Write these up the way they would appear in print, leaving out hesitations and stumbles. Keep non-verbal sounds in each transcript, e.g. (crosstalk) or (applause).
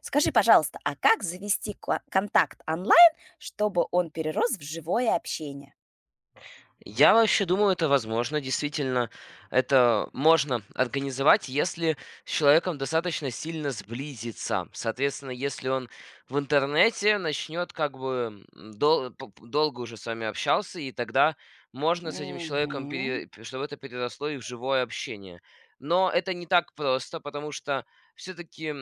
Скажи, пожалуйста, а как завести контакт онлайн, чтобы он перерос в живое общение? Я вообще думаю, это возможно. Действительно, это можно организовать, если с человеком достаточно сильно сблизиться. Соответственно, если он в интернете начнет как бы долго уже с вами общался, и тогда можно с этим человеком Мгм. Чтобы это переросло и в живое общение. Но это не так просто, потому что все-таки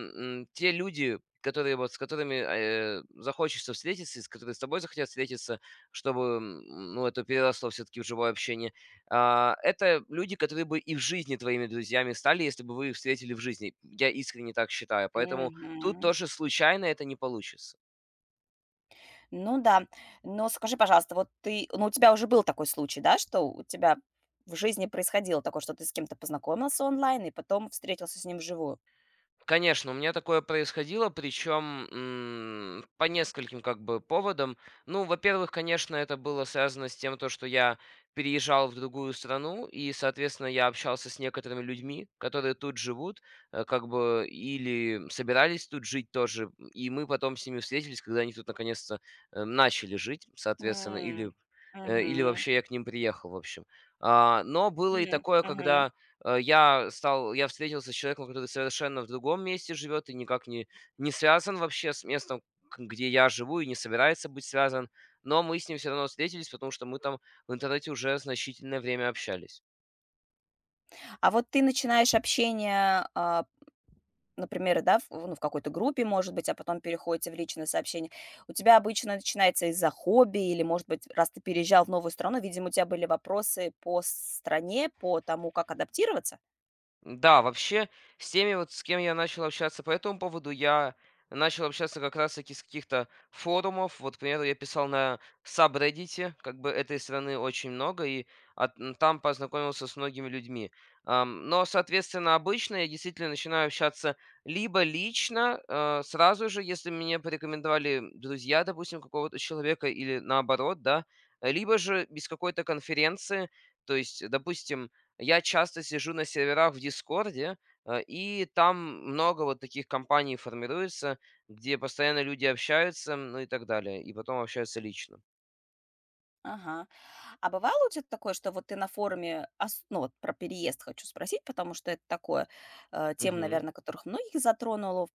те люди, которые вот с которыми захочется встретиться, и с которыми с тобой захотят встретиться, чтобы, ну, это переросло все-таки в живое общение. Это люди, которые бы и в жизни твоими друзьями стали, если бы вы их встретили в жизни. Я искренне так считаю. Поэтому тут Мгм. тоже случайно это не получится. Ну да. Но скажи, пожалуйста, вот ты, ну у тебя уже был такой случай, да, что у тебя в жизни происходило такое, что ты с кем-то познакомился онлайн и потом встретился с ним вживую? Конечно, у меня такое происходило, причем по нескольким как бы поводам. Ну, во-первых, конечно, это было связано с тем, что я переезжал в другую страну, и, соответственно, я общался с некоторыми людьми, которые тут живут, как бы, или собирались тут жить тоже, и мы потом с ними встретились, когда они тут наконец-то начали жить, соответственно, М, или мгм, вообще я к ним приехал, в общем. Но было и такое, мгм. когда я встретился с человеком, который совершенно в другом месте живет и никак не связан вообще с местом, к где я живу, и не собирается быть связан. Но мы с ним все равно встретились, потому что мы там в интернете уже значительное время общались. А вот ты начинаешь общение например, да, ну, в какой-то группе, может быть, а потом переходите в личное сообщение. У тебя обычно начинается из-за хобби или, может быть, раз ты переезжал в новую страну, видимо, у тебя были вопросы по стране, по тому, как адаптироваться? Да, вообще, с кем я начал общаться по этому поводу, я начал общаться как раз-таки с каких-то форумов. Вот, к примеру, я писал на сабреддите, как бы, этой страны очень много, и там познакомился с многими людьми. Но, соответственно, обычно я действительно начинаю общаться либо лично, сразу же, если мне порекомендовали друзья, допустим, какого-то человека, или наоборот, да, либо же без какой-то конференции, то есть, допустим, я часто сижу на серверах в Дискорде, и там много вот таких компаний формируется, где постоянно люди общаются, ну и так далее, и потом общаются лично. Ага. А бывало у тебя такое, что вот ты на форуме, ну вот про переезд хочу спросить, потому что это такое тема, Мгм. наверное, которых многих затронуло.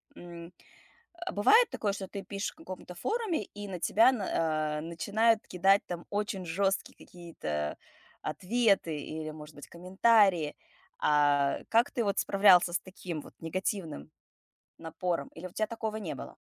А бывает такое, что ты пишешь в каком-то форуме, и на тебя начинают кидать там очень жесткие какие-то ответы или, может быть, комментарии. А как ты вот справлялся с таким вот негативным напором? Или у тебя такого не было?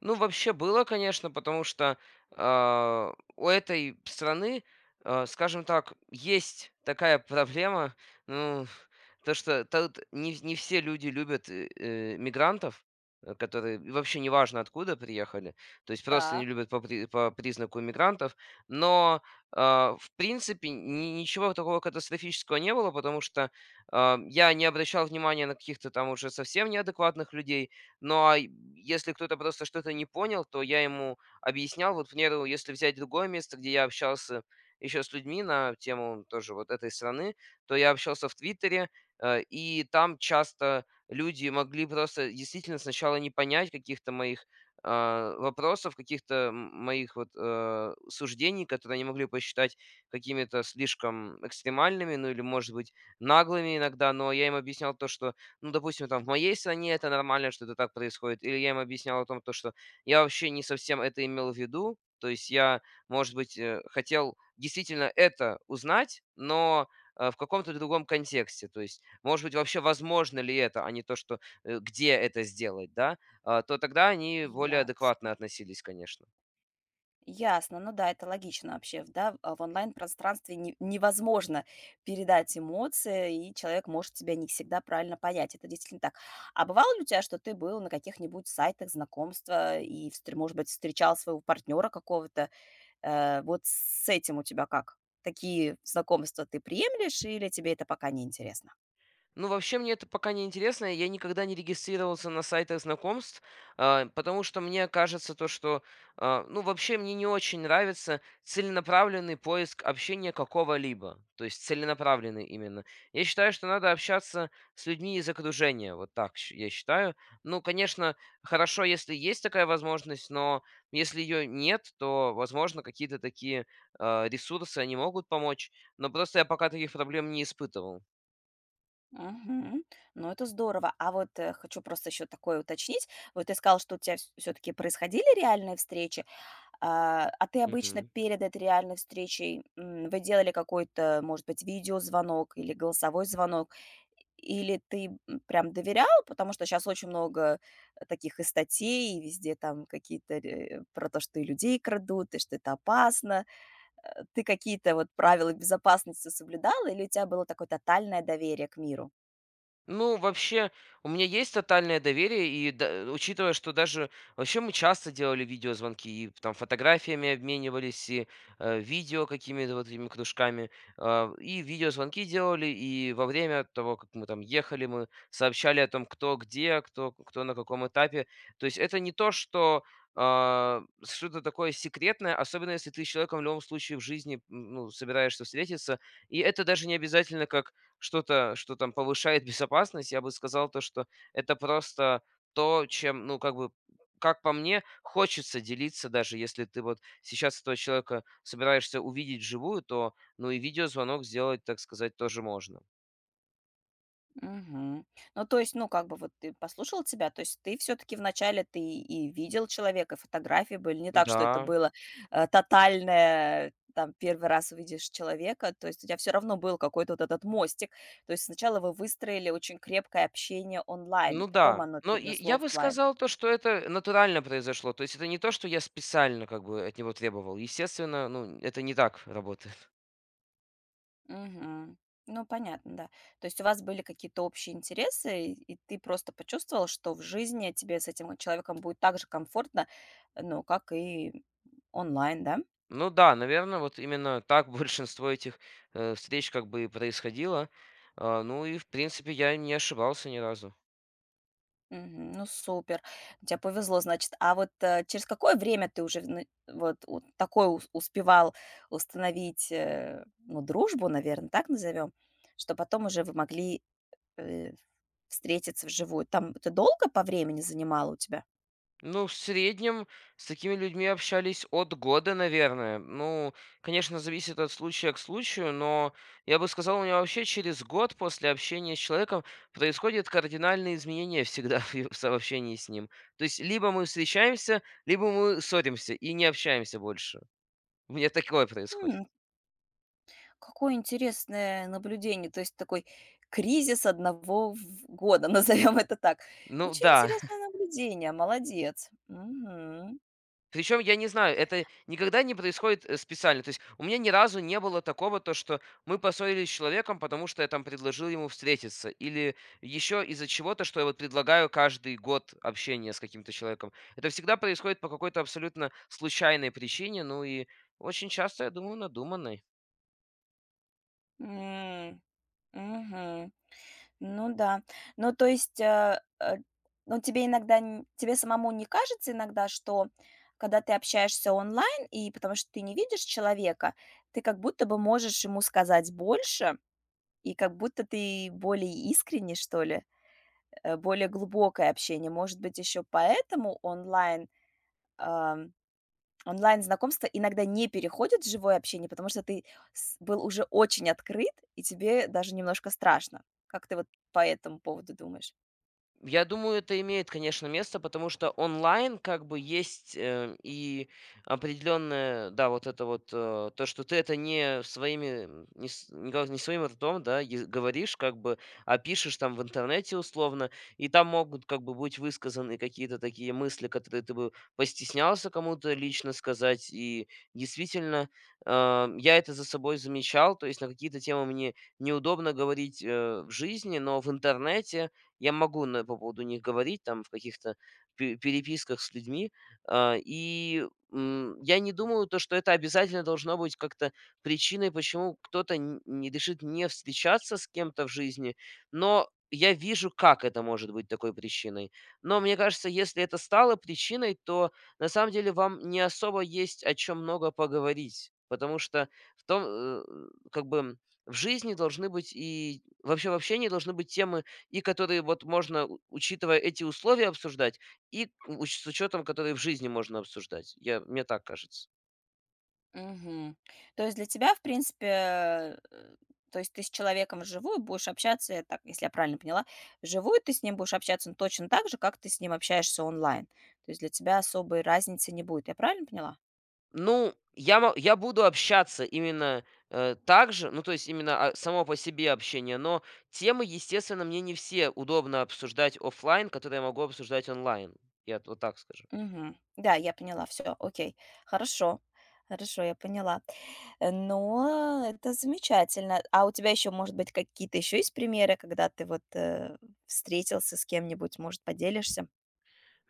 Ну, вообще было, конечно, потому что у этой страны, скажем так, есть такая проблема, ну, (laughs) то, что тут не все люди любят мигрантов, которые и вообще неважно откуда приехали, то есть просто не Так, любят по признаку мигрантов, но в принципе ничего такого катастрофического не было, потому что я не обращал внимания на каких-то там уже совсем неадекватных людей, но если кто-то просто что-то не понял, то я ему объяснял. Вот, к примеру, если взять другое место, где я общался еще с людьми на тему тоже вот этой страны, то я общался в Твиттере, и там часто люди могли просто действительно сначала не понять каких-то моих вопросов, каких-то моих вот суждений, которые они могли посчитать какими-то слишком экстремальными, ну или, может быть, наглыми иногда, но я им объяснял то, что, ну, допустим, там в моей стране это нормально, что это так происходит. Или я им объяснял о том, то, что я вообще не совсем это имел в виду. То есть я, может быть, хотел действительно это узнать, но в каком-то другом контексте. То есть, может быть, вообще возможно ли это, а не то, что где это сделать, да? А, То Тогда они более ясно. адекватно относились, конечно. Ясно, ну да, это логично вообще, да, в онлайн-пространстве не невозможно передать эмоции, и человек может тебя не всегда правильно понять, это действительно так. А бывало ли у тебя, что ты был на каких-нибудь сайтах знакомства и, встр может быть, встречал своего партнера какого-то? Э, вот с этим у тебя как? Такие знакомства ты приемлешь или тебе это пока не интересно? Ну, вообще, мне это пока не интересно. Я никогда не регистрировался на сайтах знакомств, потому что мне кажется то, что, ну, вообще мне не очень нравится целенаправленный поиск общения какого-либо. То есть целенаправленный именно. Я считаю, что надо общаться с людьми из окружения. Вот так я считаю. Ну, конечно, хорошо, если есть такая возможность, но если ее нет, то, возможно, какие-то такие ресурсы, они могут помочь. Но просто я пока таких проблем не испытывал. Мгм. Ну, это здорово. А вот, хочу просто еще такое уточнить. Вот ты сказал, что у тебя все-таки происходили реальные встречи. А ты обычно Мгм. перед этой реальной встречей, вы делали какой-то, может быть, видеозвонок или голосовой звонок? Или ты прям доверял, потому что сейчас очень много таких и статей, и везде там какие-то про то, что и людей крадут, и что это опасно. Э, ты какие-то вот правила безопасности соблюдал, или у тебя было такое тотальное доверие к миру? Ну, вообще, у меня есть тотальное доверие, и да, учитывая, что даже вообще мы часто делали видеозвонки, и там фотографиями обменивались, и видео какими-то вот этими кружками, и видеозвонки делали, и во время того, как мы там ехали, мы сообщали о том, кто где, кто на каком этапе. То есть это не то, что что-то такое секретное, особенно если ты с человеком в любом случае в жизни ну, собираешься встретиться. И это даже не обязательно как что-то, что там повышает безопасность, я бы сказал то, что это просто то, чем, ну, как бы, как по мне, хочется делиться, даже если ты вот сейчас этого человека собираешься увидеть вживую, то, ну, и видеозвонок сделать, так сказать, тоже можно. Мгм. Ну, то есть, ну, как бы вот ты послушал тебя, то есть ты все-таки вначале ты и видел человека, и фотографии были, не так, что это Да. было тотальное, там, первый раз увидишь человека, то есть у тебя все равно был какой-то вот этот мостик, то есть сначала вы выстроили очень крепкое общение онлайн, и Ну потом да. оно Но и переросло я бы оффлайн. сказал то, что это натурально произошло. То есть это не то, что я специально как бы от него требовал. Естественно, ну, это не так работает. Мгм. Ну, понятно, да. То есть у вас были какие-то общие интересы, и ты просто почувствовал, что в жизни тебе с этим человеком будет так же комфортно, ну, как и онлайн, да? Ну да, наверное, вот именно так (laughs) большинство этих, встреч, как бы, и происходило. Ну и, в принципе, я не ошибался ни разу. Мгм. Ну, супер. Тебе повезло, значит. А вот через какое время ты уже вот такое успевал установить, ну, дружбу, наверное, так назовем, что потом уже вы могли э, встретиться вживую? Там это долго по времени занимало у тебя? Ну, в среднем с такими людьми общались от года, наверное. Ну, конечно, зависит от случая к случаю, но я бы сказал, у меня вообще через год после общения с человеком происходят кардинальные изменения всегда (laughs) в общении с ним. То есть либо мы встречаемся, либо мы ссоримся и не общаемся больше. У меня такое происходит. Какое интересное наблюдение, то есть такой кризис одного в года, (laughs) назовем это так. Ну Очень да. интересное наблюдение, молодец. Мгм. Причем, я не знаю, это никогда не происходит специально. То есть у меня ни разу не было такого, то что мы поссорились с человеком, потому что я там предложил ему встретиться, или еще из-за чего-то, что я вот предлагаю каждый год общение с каким-то человеком. Это всегда происходит по какой-то абсолютно случайной причине, ну и очень часто, я думаю, надуманной. М, мгм. Ну да. Ну, то есть, ну, тебе иногда н тебе самому не кажется иногда, что когда ты общаешься онлайн, и потому что ты не видишь человека, ты как будто бы можешь ему сказать больше, и как будто ты более искренне что ли? Более глубокое общение. Может быть, еще поэтому онлайн, ам, онлайн-знакомства иногда не переходят в живое общение, потому что ты с был уже очень открыт, и тебе даже немножко страшно. Как ты вот по этому поводу думаешь? Я думаю, это имеет, конечно, место, потому что онлайн, как бы, есть и определенное, да, вот это вот, то, что ты это не своими, м, не, с- не гов- не своим ртом, да, говоришь, как бы, а пишешь там в интернете условно, и там могут, как бы, быть высказаны какие-то такие мысли, которые ты бы постеснялся кому-то лично сказать, и действительно, я это за собой замечал, то есть на какие-то темы мне неудобно говорить в жизни, но в интернете я могу на по поводу них говорить там в каких-то пе переписках с людьми, и, я не думаю, то что это обязательно должно быть как-то причиной, почему кто-то н не решит не встречаться с кем-то в жизни, но я вижу, как это может быть такой причиной. Но мне кажется, если это стало причиной, то на самом деле вам не особо есть о чем много поговорить, потому что в том, э, как бы в жизни должны быть и вообще в общении должны быть темы, и которые вот можно, учитывая эти условия, обсуждать, и с учетом, которые в жизни можно обсуждать. Мне так кажется. Мгм. То есть для тебя, в принципе, то есть ты с человеком вживую будешь общаться, я так, если я правильно поняла, вживую ты с ним будешь общаться ну, точно так же, как ты с ним общаешься онлайн. То есть для тебя особой разницы не будет. Я правильно поняла? Ну, я, я буду общаться именно так же, ну, то есть именно само по себе общение, но темы, естественно, мне не все удобно обсуждать оффлайн, которые я могу обсуждать онлайн. Вот так скажу. Мгм. Да, я поняла, все окей. Хорошо, хорошо, я поняла. Э, но это замечательно. А у тебя еще может быть, какие-то еще есть примеры, когда ты вот, встретился с кем-нибудь, может, поделишься?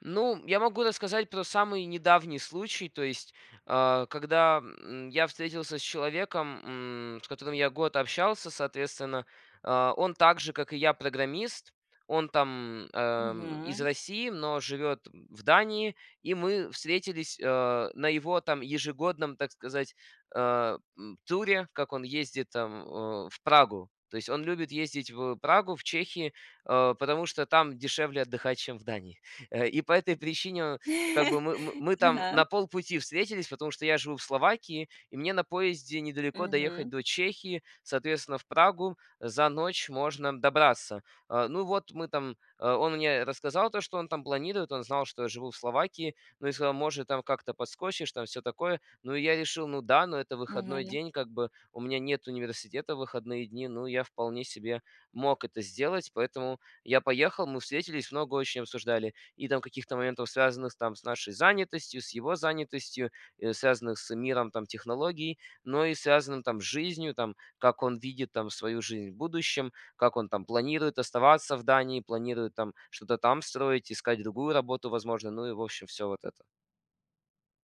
Ну, я могу рассказать про самый недавний случай, то есть когда, я встретился с человеком, с которым я год общался, соответственно, он так же, как и я, программист. Он там, из Мгм. России, но живет в Дании, и мы встретились, на его там ежегодном, так сказать, туре, как он ездит там, в Прагу. То есть он любит ездить в Прагу, в Чехии, потому что там дешевле отдыхать, чем в Дании. И по этой причине, как бы, мы мы (laughs) мы там Ага. на полпути встретились, потому что я живу в Словакии, и мне на поезде недалеко доехать Мгм. до Чехии, соответственно, в Прагу за ночь можно добраться. Ну вот, он мне рассказал то, что он там планирует, он знал, что я живу в Словакии, ну и сказал: «Может, там как-то подскочишь, там все такое». Ну и я решил: «Ну да, но это выходной Мгм. день, как бы у меня нет университета в выходные дни». Ну, я вполне себе мог это сделать, поэтому я поехал, мы встретились, много очень обсуждали и там каких-то моментов, связанных там с нашей занятостью, с его занятостью, связанных с миром там технологий, но и связанным там с жизнью, там как он видит там свою жизнь в будущем, как он там планирует оставаться в Дании, планирует там что-то там строить, искать другую работу, возможно, ну и в общем все вот это.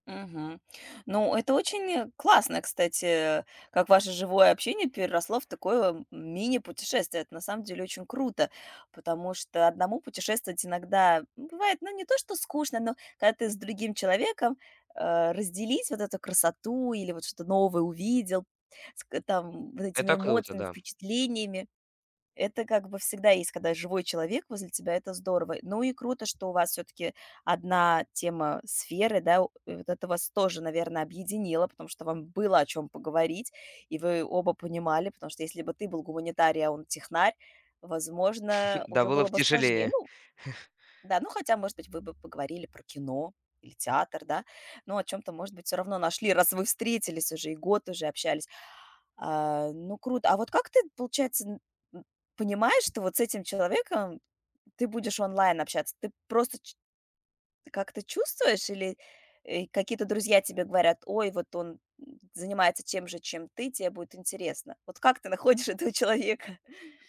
Мгм. Ну, это очень, классно, кстати, как ваше живое общение переросло в такое, мини-путешествие. Это на самом деле очень круто, потому что одному путешествовать иногда ну, бывает, ну, не то что скучно, но когда ты с другим человеком, разделить вот эту красоту или вот что-то новое увидел, ск там, вот этими Это круто, эмоциями, да. впечатлениями это как бы всегда есть, когда живой человек возле тебя, это здорово. Ну и круто, что у вас все-таки одна тема сферы, да, и вот это вас тоже, наверное, объединило, потому что вам было о чем поговорить, и вы оба понимали, потому что если бы ты был гуманитарий, а он технарь, возможно, (laughs) Да, уже было было бы бы сложнее. тяжелее. Ну, да, ну хотя, может быть, вы бы поговорили про кино или театр, да, но о чем-то, может быть, все равно нашли, раз вы встретились уже и год уже общались. А, ну, круто. А вот как ты, получается, н н понимаешь, что вот с этим человеком ты будешь онлайн общаться? Ты просто ч как-то чувствуешь или, какие-то друзья тебе говорят: "Ой, вот он, занимается тем же, чем ты, тебе будет интересно". Вот как ты находишь (laughs) этого человека?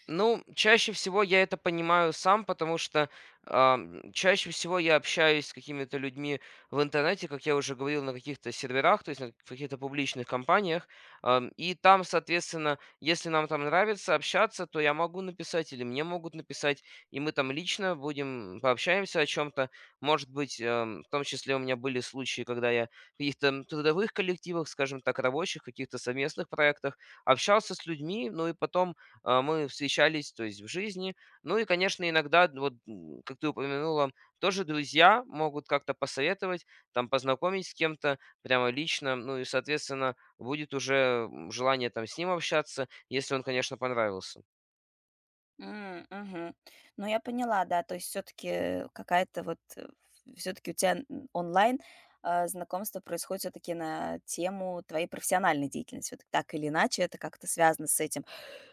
Ну, чаще всего я это понимаю сам, потому что чаще всего я общаюсь с какими-то людьми в интернете, как я уже говорил, на каких-то серверах, то есть на каких-то публичных компаниях. И там, соответственно, если нам там нравится общаться, то я могу написать или мне могут написать, и мы там лично будем пообщаемся о чем-то. Может быть, в том числе у меня были случаи, когда я в каких-то трудовых коллективах, скажем так, рабочих, каких-то совместных проектах общался с людьми, ну и потом мы встречались, то есть в жизни. Ну и, конечно, иногда, вот, как ты упомянула, тоже друзья могут как-то посоветовать, там, познакомить с кем-то прямо лично, ну и, соответственно, будет уже желание там с ним общаться, если он, конечно, понравился. Мгм. Ну, я поняла, да. То есть все таки какая-то вот, все таки у тебя н онлайн, знакомство происходит все таки на тему твоей профессиональной деятельности. Вот так или иначе это как-то связано с этим.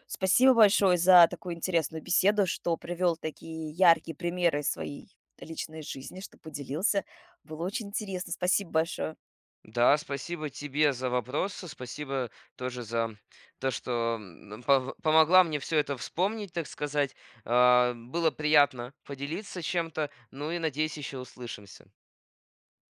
Спасибо большое за такую интересную беседу, что привел такие яркие примеры из своей личной жизни, что поделился. Было очень интересно. Спасибо большое. Да, спасибо тебе за вопросы, спасибо тоже за то, что помогла мне все это вспомнить, так сказать. Было приятно поделиться чем-то, ну и надеюсь, еще услышимся.